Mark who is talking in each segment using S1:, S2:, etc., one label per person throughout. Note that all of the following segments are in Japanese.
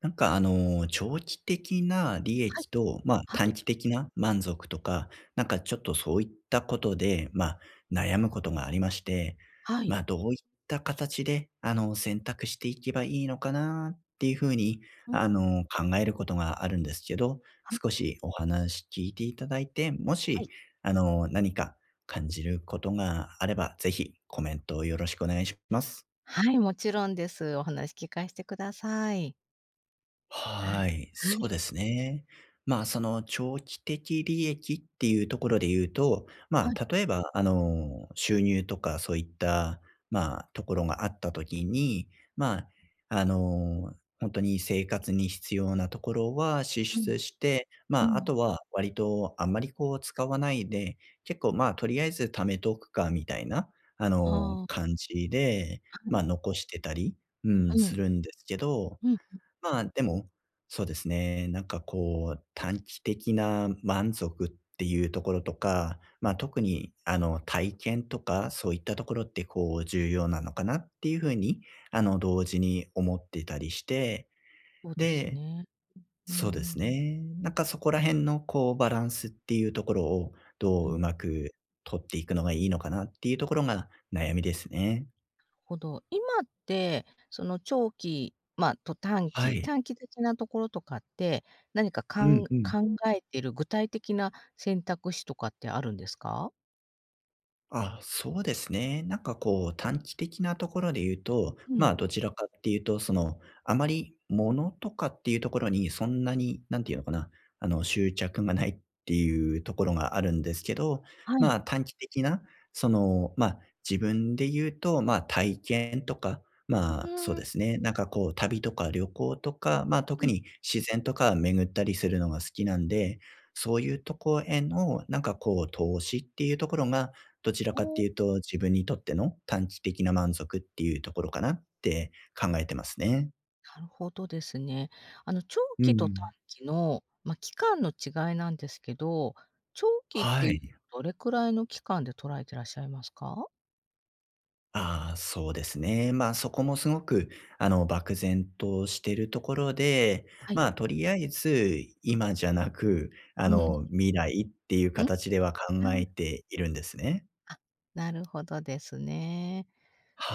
S1: 長期的な利
S2: はい、
S1: 益と、
S2: は
S1: 短
S2: い、
S1: 期的な満足とか、ちょっとそういったことで、悩むことがありまして、
S2: はい。
S1: どういった形で、選択していけばいいのかなっていうふうに、
S2: うん。
S1: 考えることがあるんですけど、
S2: はい。
S1: 少しお話聞いていただいて、も
S2: は
S1: し、
S2: い。
S1: 何か感じることがあれば、ぜひコメントをよろしくお願いします。
S2: はい、もちろんです。お話聞かしてください。は
S1: は
S2: い。
S1: い、
S2: は
S1: そう
S2: い、
S1: ですね。その長期的利益っていうところで言うと、
S2: はい。
S1: 例えば、収入とかそういった、ところがあったときに、まあ、あの、本当に生活に必要なところは支
S2: うん、
S1: 出して、
S2: う
S1: あ
S2: ん。
S1: とは割とあんまりこう使わないで、結構とりあえず貯めとくかみたいな、
S2: ああ、は
S1: 感じで、
S2: い。
S1: 残してたり、う
S2: う
S1: ん、す
S2: ん、
S1: るんですけど、
S2: うん。
S1: でも、そうですね。こう、短期的な満足っていうところとか、特に体験とか、そういったところってこう、重要なのかなっていう風に、同時に思ってたりして、
S2: そうです
S1: で、
S2: ね。うんう
S1: そうで
S2: んう
S1: す
S2: ん。
S1: ね。そこら辺のこう、バランスっていうところを、どううまく取っていくのがいいのかなっていうところが悩みですね。
S2: 今って、その長期、まあ、と短
S1: は
S2: 期、
S1: い。
S2: 短期的なところとかって、何かか
S1: う
S2: ん
S1: んうん。
S2: 考えている具体的な選択肢とかってあるんですか？
S1: あ、そうですね。こう、短期的なところで言うと、
S2: うん。
S1: どちらかっていうと、その、あまり物とかっていうところにそんなに、なんていうのかな、執着がないっていうところがあるんですけど、
S2: はい。
S1: 短期的な、その、自分で言うと、体験とか、
S2: う
S1: そう
S2: ーん、
S1: ですね。こう、旅とか旅行とか、
S2: う
S1: 特
S2: ん。
S1: に自然とか巡ったりするのが好きなんで、そういうとこへの、こう、投資っていうところが、どちらかっていうと、自分にとっての短期的な満足っていうところかなって考えてますね。
S2: なるほどですね。あの長
S1: う
S2: 期と短
S1: ん。
S2: 期の、まあ、期間の違いなんですけど、長期って
S1: は
S2: いう
S1: い。
S2: とどれくらいの期間で捉えてらっしゃいますか？
S1: ああ、そうですね。そこもすごく、漠然としてるところで、
S2: はい。
S1: とりあえず今じゃなく、
S2: うんうん。
S1: 未来っていう
S2: うん？
S1: 形では考
S2: あ
S1: えているんですね。
S2: あ、なるほどですね。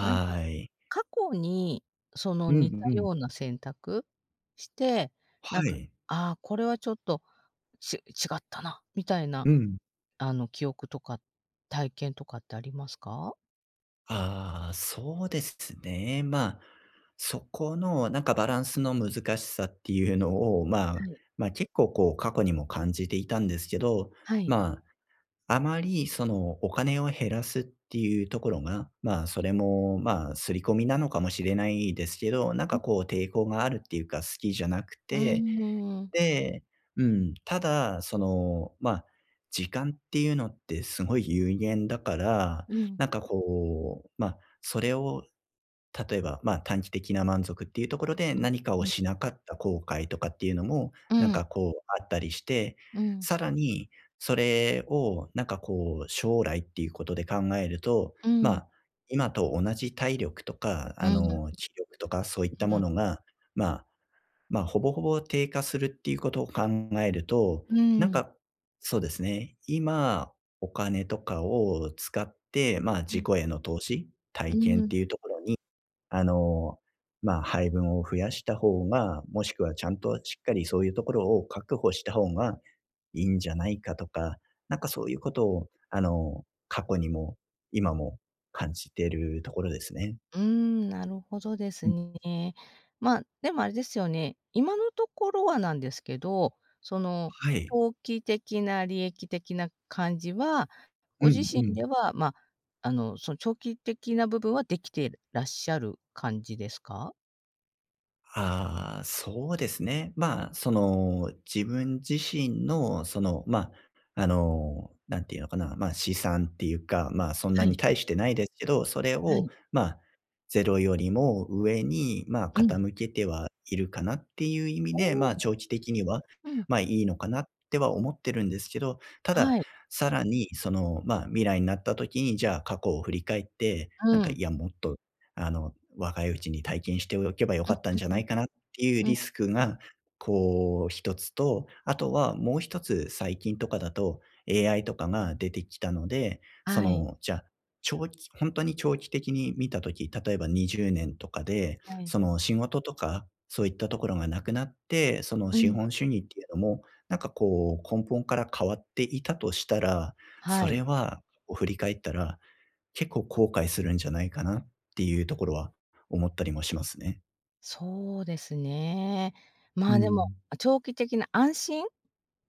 S2: なんか
S1: い。
S2: 過去にその
S1: うんう
S2: 似た
S1: ん。
S2: ような選択して、な
S1: は
S2: んか、
S1: い。
S2: ああ、これはちょっと違ったなみたいな、
S1: うん。
S2: あの記憶とか体験とかってありますか？
S1: ああ、そうですね。そこのバランスの難しさっていうのを、
S2: はい。
S1: 結構こう過去にも感じていたんですけど、
S2: はい。
S1: まあまりそのお金を減らすっていうところが、そ
S2: う
S1: れも刷り込みなのかもしれないですけど、
S2: ん。
S1: こう抵抗があるっていうか好きじゃなく
S2: うー
S1: て、
S2: ん。
S1: で、うん、ただ、その、時間っていうのってすごい有限だから、
S2: うん。
S1: それを例えば、短期的な満足っていうところで、
S2: うん
S1: 何か
S2: う
S1: を
S2: ん。
S1: しなかった後悔とかっていうのも、
S2: うん。
S1: こうあったりして、
S2: うん。
S1: さらにそれをこう将来っていうことで考えると、
S2: う
S1: ま
S2: ん。
S1: あ、今と同じ体力とか、
S2: うん。
S1: 気力とかそういったもの
S2: う
S1: が、まあほぼほぼ低下するっていうことを考えると、なん
S2: ん。
S1: か、そうですね、今、お金とかを使って、
S2: う
S1: 自己への投資、体験っ
S2: ん。
S1: ていうところに、あの、配分を増やした方が、もしくはちゃんとしっかりそういうところを確保した方がいいんじゃないかとか、そういうことを、過去にも今も感じているところですね。
S2: うん、なるほどです
S1: うん、
S2: ね。まあ、でもあれですよね、今のところはなんですけど、その、
S1: はい。
S2: 長期的な利益的な感じは、
S1: う
S2: ご自
S1: ん
S2: 身
S1: う
S2: で
S1: ん。
S2: は、まあ、あの、その長期的な部分はできてらっしゃる感じですか？
S1: ああ、そうですね。その、自分自身の、その、なんていうのかな、資産っていうか、そん
S2: は
S1: なに
S2: い、
S1: 大してないですけど、それ
S2: は
S1: を、
S2: い。
S1: ゼロよりも上に、
S2: うん。
S1: 傾けてはいるかなっていう意味
S2: お
S1: で、
S2: お、
S1: 長期的には、
S2: うん、
S1: いいのかなっては思ってるんですけど、ただ、
S2: はい。
S1: さらに、その、未来になった時に、じゃあ、過去を振り返って、
S2: うん。
S1: いや、もっと、あの、若いうちに体験しておけばよかったん
S2: うん
S1: じゃないかなっていう
S2: うん。うん。
S1: リスクが、こう一つと、あとはもう一つ最近とかだと AI とかが出てきたので、そ
S2: はい、
S1: の、じゃあ、本当に長期的に見たとき例えば20年とかで、
S2: はい。
S1: その仕事とか、そういったところがなくなって、その
S2: う
S1: 資
S2: ん。
S1: 本主義っていうのも、こう根本から変わっていたとしたら、
S2: は
S1: それ
S2: い、
S1: は、こう振り返ったら結構後悔するんじゃないかなっていうところは思ったりもしますね。
S2: そうですね。
S1: う
S2: まあ、でも、
S1: ん。
S2: 長期的な安心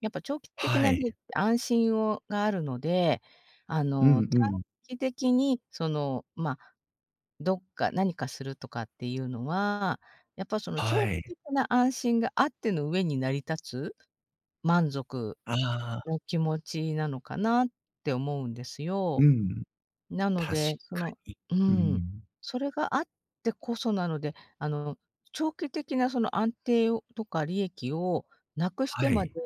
S2: やっぱ長期的
S1: は
S2: な利益
S1: い。
S2: って安心をがあるので、あ
S1: う
S2: の、短
S1: んうん。
S2: 期的にその、ま、どっか何かするとかっていうのは、やっぱその長
S1: は
S2: 期
S1: い。
S2: 的な安心があっての上に成り立つ満足
S1: ああ、
S2: の気持ちなのかなって思うんです
S1: う
S2: よ。
S1: ん、
S2: なの
S1: 確
S2: で、そ
S1: か
S2: の
S1: に。
S2: う
S1: う
S2: ん、
S1: ん。
S2: それがあってこそなので、あの、長期的なその安定をとか利益をなくして
S1: は
S2: まで、
S1: い。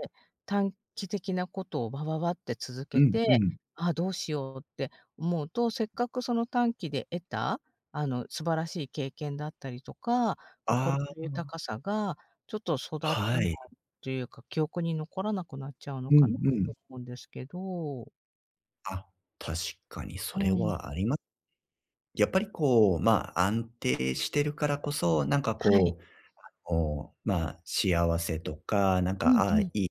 S2: 短期的なことをバババって続
S1: う
S2: け
S1: んう
S2: て、
S1: ん。
S2: ああ、どうしようって思うと、せっかくその短期で得た、あの、素晴らしい経験だったりとか、心
S1: あ
S2: の豊か
S1: あ、
S2: さが、ちょっと育たな
S1: は
S2: い
S1: い。
S2: というか、記憶に残らなくなっちゃうの
S1: う
S2: かな
S1: んう
S2: と
S1: ん。
S2: 思うんですけど。
S1: あ、確かにそ
S2: う
S1: れ
S2: ん。
S1: はあります。やっぱりこう、安定してるからこそ、
S2: はい。
S1: 幸せとか、
S2: うん
S1: あ
S2: う
S1: あ、い
S2: ん。
S1: いっ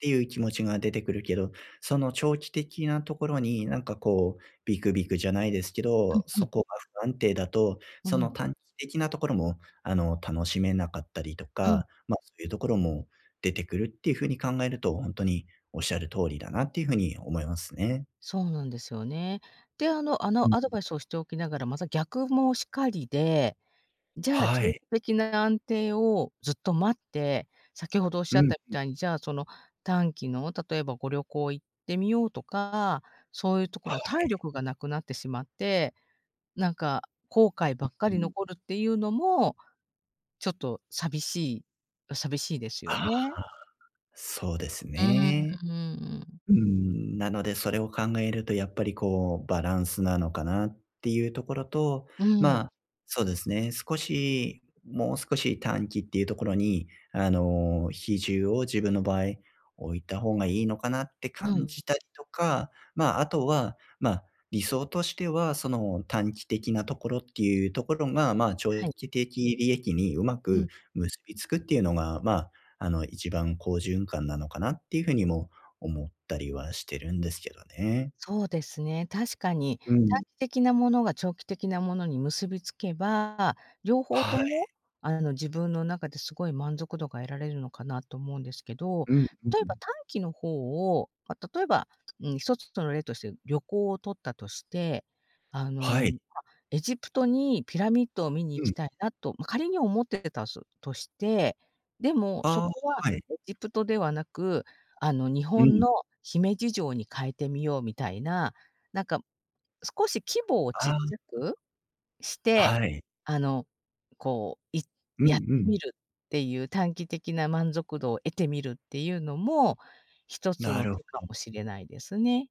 S1: ていう気持ちが出てくるけど、その長期的なところにこう、ビクビクじゃないですけ
S2: うん
S1: ど、
S2: う
S1: そ
S2: ん。
S1: こが不安定だと、
S2: う
S1: その
S2: ん。
S1: 短期的なところも、楽しめなかったりと
S2: うん。
S1: か、そういうところも出てくるっていう風に考えると、本当におっしゃる通りだなっていう風に思いますね。
S2: そうなんですよね。で、あのあ
S1: う
S2: の
S1: ん。
S2: アドバイスをしておきながら、また逆もしかりで、じゃあ
S1: は
S2: 長期
S1: い。
S2: 的な安定をずっと待って、先ほどおっし
S1: う
S2: ゃっ
S1: ん。
S2: たみたいに、じゃあその短期の、例えばご旅行行ってみようとか、そういうとこ
S1: は
S2: の体
S1: い。
S2: 力がなくなってしまって、なんか後悔ばっか
S1: う
S2: り
S1: ん。
S2: 残るっていうのも、ちょっと寂しいです
S1: あ
S2: よね。
S1: あ、そうですね。
S2: うん。
S1: なので、それを考えるとやっぱりこう、バランスなのかなっていうところと、
S2: うんうんうん。う
S1: ま
S2: ん。
S1: あ、そうですね、少し、もう少し短期っていうところに、比重を自分の場合置いた方がいいのかなって
S2: う
S1: 感
S2: ん。
S1: じたりとか、あとは、理想としては、その短期的なところっていうところが、長
S2: はい。
S1: 期的利益にうま
S2: うん。
S1: く結びつくっていうのが、一番好循環なのかなっていうふうにも思ったりはしてるんですけどね。
S2: そうですね、確かに、
S1: う
S2: 短
S1: ん。
S2: 期的なものが長期的なものに結びつけば、両方
S1: は
S2: と
S1: い。
S2: も、あの、自分の中ですごい満足度が得られるのかなと思うんですけど、
S1: うんう
S2: 例えば
S1: ん。
S2: 短期の方を、まあ、例えば、うん、一つの例として旅行を取ったとして、あ
S1: は
S2: の、
S1: い。
S2: ま、エジプトにピラミッドを見に行
S1: う
S2: き
S1: ん。
S2: たいなと、まあ、仮に思ってたすとして、でもそ
S1: ああ、
S2: こは
S1: はい。
S2: エジプトではなく、あの、日
S1: う
S2: 本
S1: ん。
S2: の姫路城に変えてみようみたいな、なんか少し規模をちっちゃ
S1: あ
S2: くして、
S1: あ、はい。
S2: あの、こう、い
S1: うんう
S2: やって
S1: ん。
S2: みるっていう短期的な満足度を得てみるっていうのも、一つ
S1: な
S2: の
S1: るほ
S2: 手か
S1: ど。
S2: もしれないですね。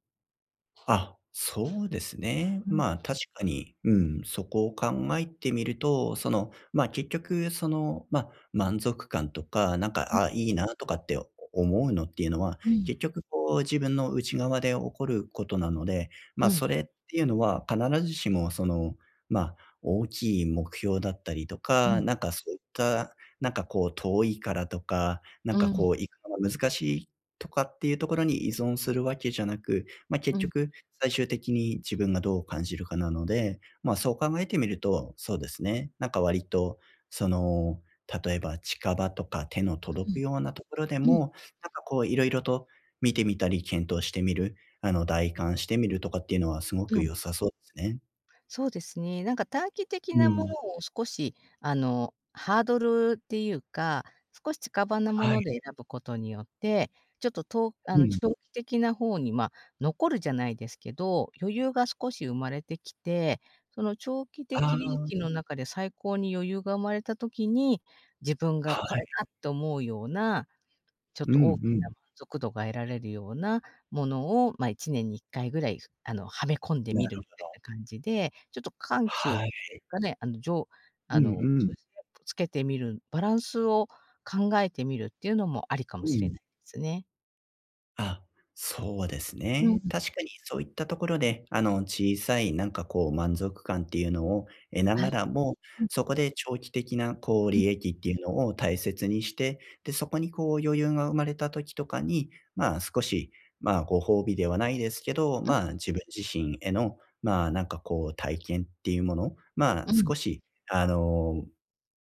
S1: あ、そうですね。
S2: うん、う
S1: 確かに、そこを考えてみると、その、結局、その、満足感とか、
S2: ん、
S1: あ、いいなとかって思うのっていうのは、
S2: うん、
S1: 結局、こう、自分の内側で起こることなので、
S2: うん、
S1: それっていうのは必ずしも、その、まあ、大きい目標だったりと
S2: う
S1: か、
S2: ん、
S1: そういった、こう、遠いからとか、
S2: うん、
S1: こう、行くのが難しいとかっていうところに依存するわけじゃなく、
S2: う
S1: 結
S2: ん、うん、
S1: 局、最終的に自分がどう感じるかなので、そう考えてみると、そうですね、割と、その、例えば近場とか手の届くようなところで
S2: うん、
S1: も、こういろいろと見てみたり検討してみる、代観してみるとかっていうのはすご
S2: う
S1: く
S2: ん。
S1: 良さそうですね。
S2: そうですね。なんか短期的
S1: う
S2: なもの
S1: ん。
S2: を少し、あの、ハードルっていうか、少し近場なも
S1: は
S2: の
S1: い。
S2: で選ぶことによって、ちょっとあ
S1: う
S2: の、
S1: ん。
S2: 長期的な方に、まあ、残るじゃないですけど、余裕が少し生まれてきて、その長期的利益
S1: あ
S2: の中で最高に余裕が生まれた時に、自分
S1: あ、
S2: がこ
S1: は
S2: れ
S1: い。
S2: だって思うようなちょっ
S1: う
S2: と大
S1: ん
S2: き
S1: う
S2: な
S1: ん。
S2: 満足度が得られるようなものを、まあ、1年に1回ぐらい、あの、はめ込んで
S1: な
S2: みる
S1: る
S2: み
S1: ほ
S2: たい
S1: ど。
S2: な感じで、ちょっと緩急って
S1: はい。
S2: いうかね、あの、
S1: うんう
S2: そう
S1: ん。
S2: ですね、つけてみる、バランスを考えてみるっていうのもありかも
S1: う
S2: しれ
S1: ん。
S2: ないですね。
S1: あ、そうです
S2: うん、
S1: ね。確かにそういったところで、小さいこう満足感っていうのを得な
S2: は
S1: が
S2: い。
S1: らも、
S2: うん、
S1: そこで長期的なこう
S2: うん、
S1: 利益っていうのを大切にして、で、そこにこう余裕が生まれた時とかに、少し、ご褒美ではないですけど、自分自身への、こう体験っていうもの、
S2: うん、うん。
S1: 少し、あの、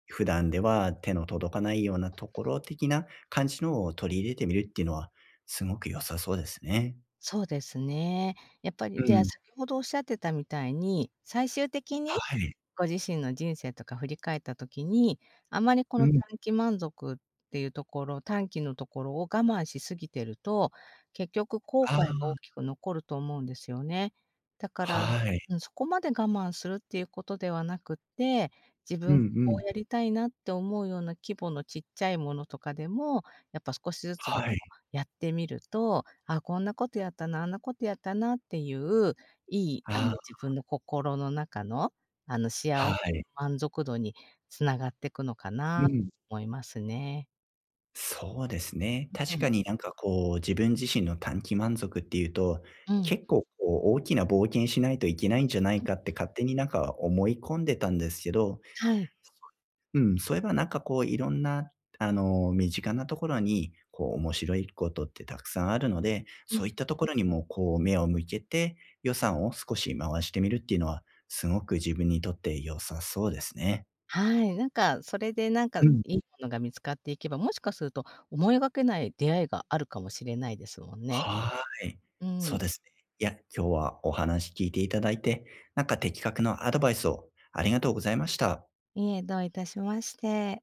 S1: 普段では手の届かないようなところ的な感じのを取り入れてみるっていうのはすごく良さそうですね。
S2: そうですね。やっぱり、
S1: う
S2: で、
S1: ん。
S2: 先ほどおっしゃってたみたいに、最終的に
S1: はい。
S2: ご自身の人生とか振り返った時に、あまりこ
S1: う
S2: の短
S1: ん。
S2: 期満足っていうところ、短期のところを我慢しすぎてると、結局後
S1: あ
S2: 悔が大き
S1: あ、
S2: く残ると思うんですよね。だから、
S1: はい。
S2: うん、そこまで我慢するっていうことではなくって、自
S1: うん
S2: 分
S1: う
S2: がこ
S1: ん。
S2: うやりたいなって思うような規模のちっちゃいものとかでも、やっぱ少しずつでも
S1: はい。
S2: やってみると、あ、こんなことやったな、あんなことやったなっていう、いいあの
S1: あ
S2: 自分の心の中のあの、幸
S1: あ、は
S2: せの
S1: い。
S2: 満足度に繋がってくのか
S1: う
S2: なと
S1: ん。
S2: 思いますね。
S1: そうですね。
S2: う
S1: 確
S2: ん、
S1: かにこう、自分自身の短期満足っていうと、
S2: うん。
S1: 結構こう大きな冒険しないといけないんじゃない
S2: うん、
S1: かって勝手に思い込んでたんですけど
S2: はい。
S1: うん、そういえばこういろんな、身近なところに、こう面白いことってたくさんあるので、
S2: う
S1: そう
S2: ん。
S1: いったところにもこう目を向けて、予算を少し回してみるっていうのは、すごく自分にとって良さそうですね。
S2: はい、なんか、それでなんか
S1: うん。
S2: いいものが見つかっていけば、もしかすると思いがけない出会いがあるかもしれないですもんね。
S1: はい。
S2: う
S1: そう
S2: ん。
S1: ですね。いや、今日はお話聞いていただいて、的確なアドバイスをありがとうございました。
S2: いえ、どういたしまして。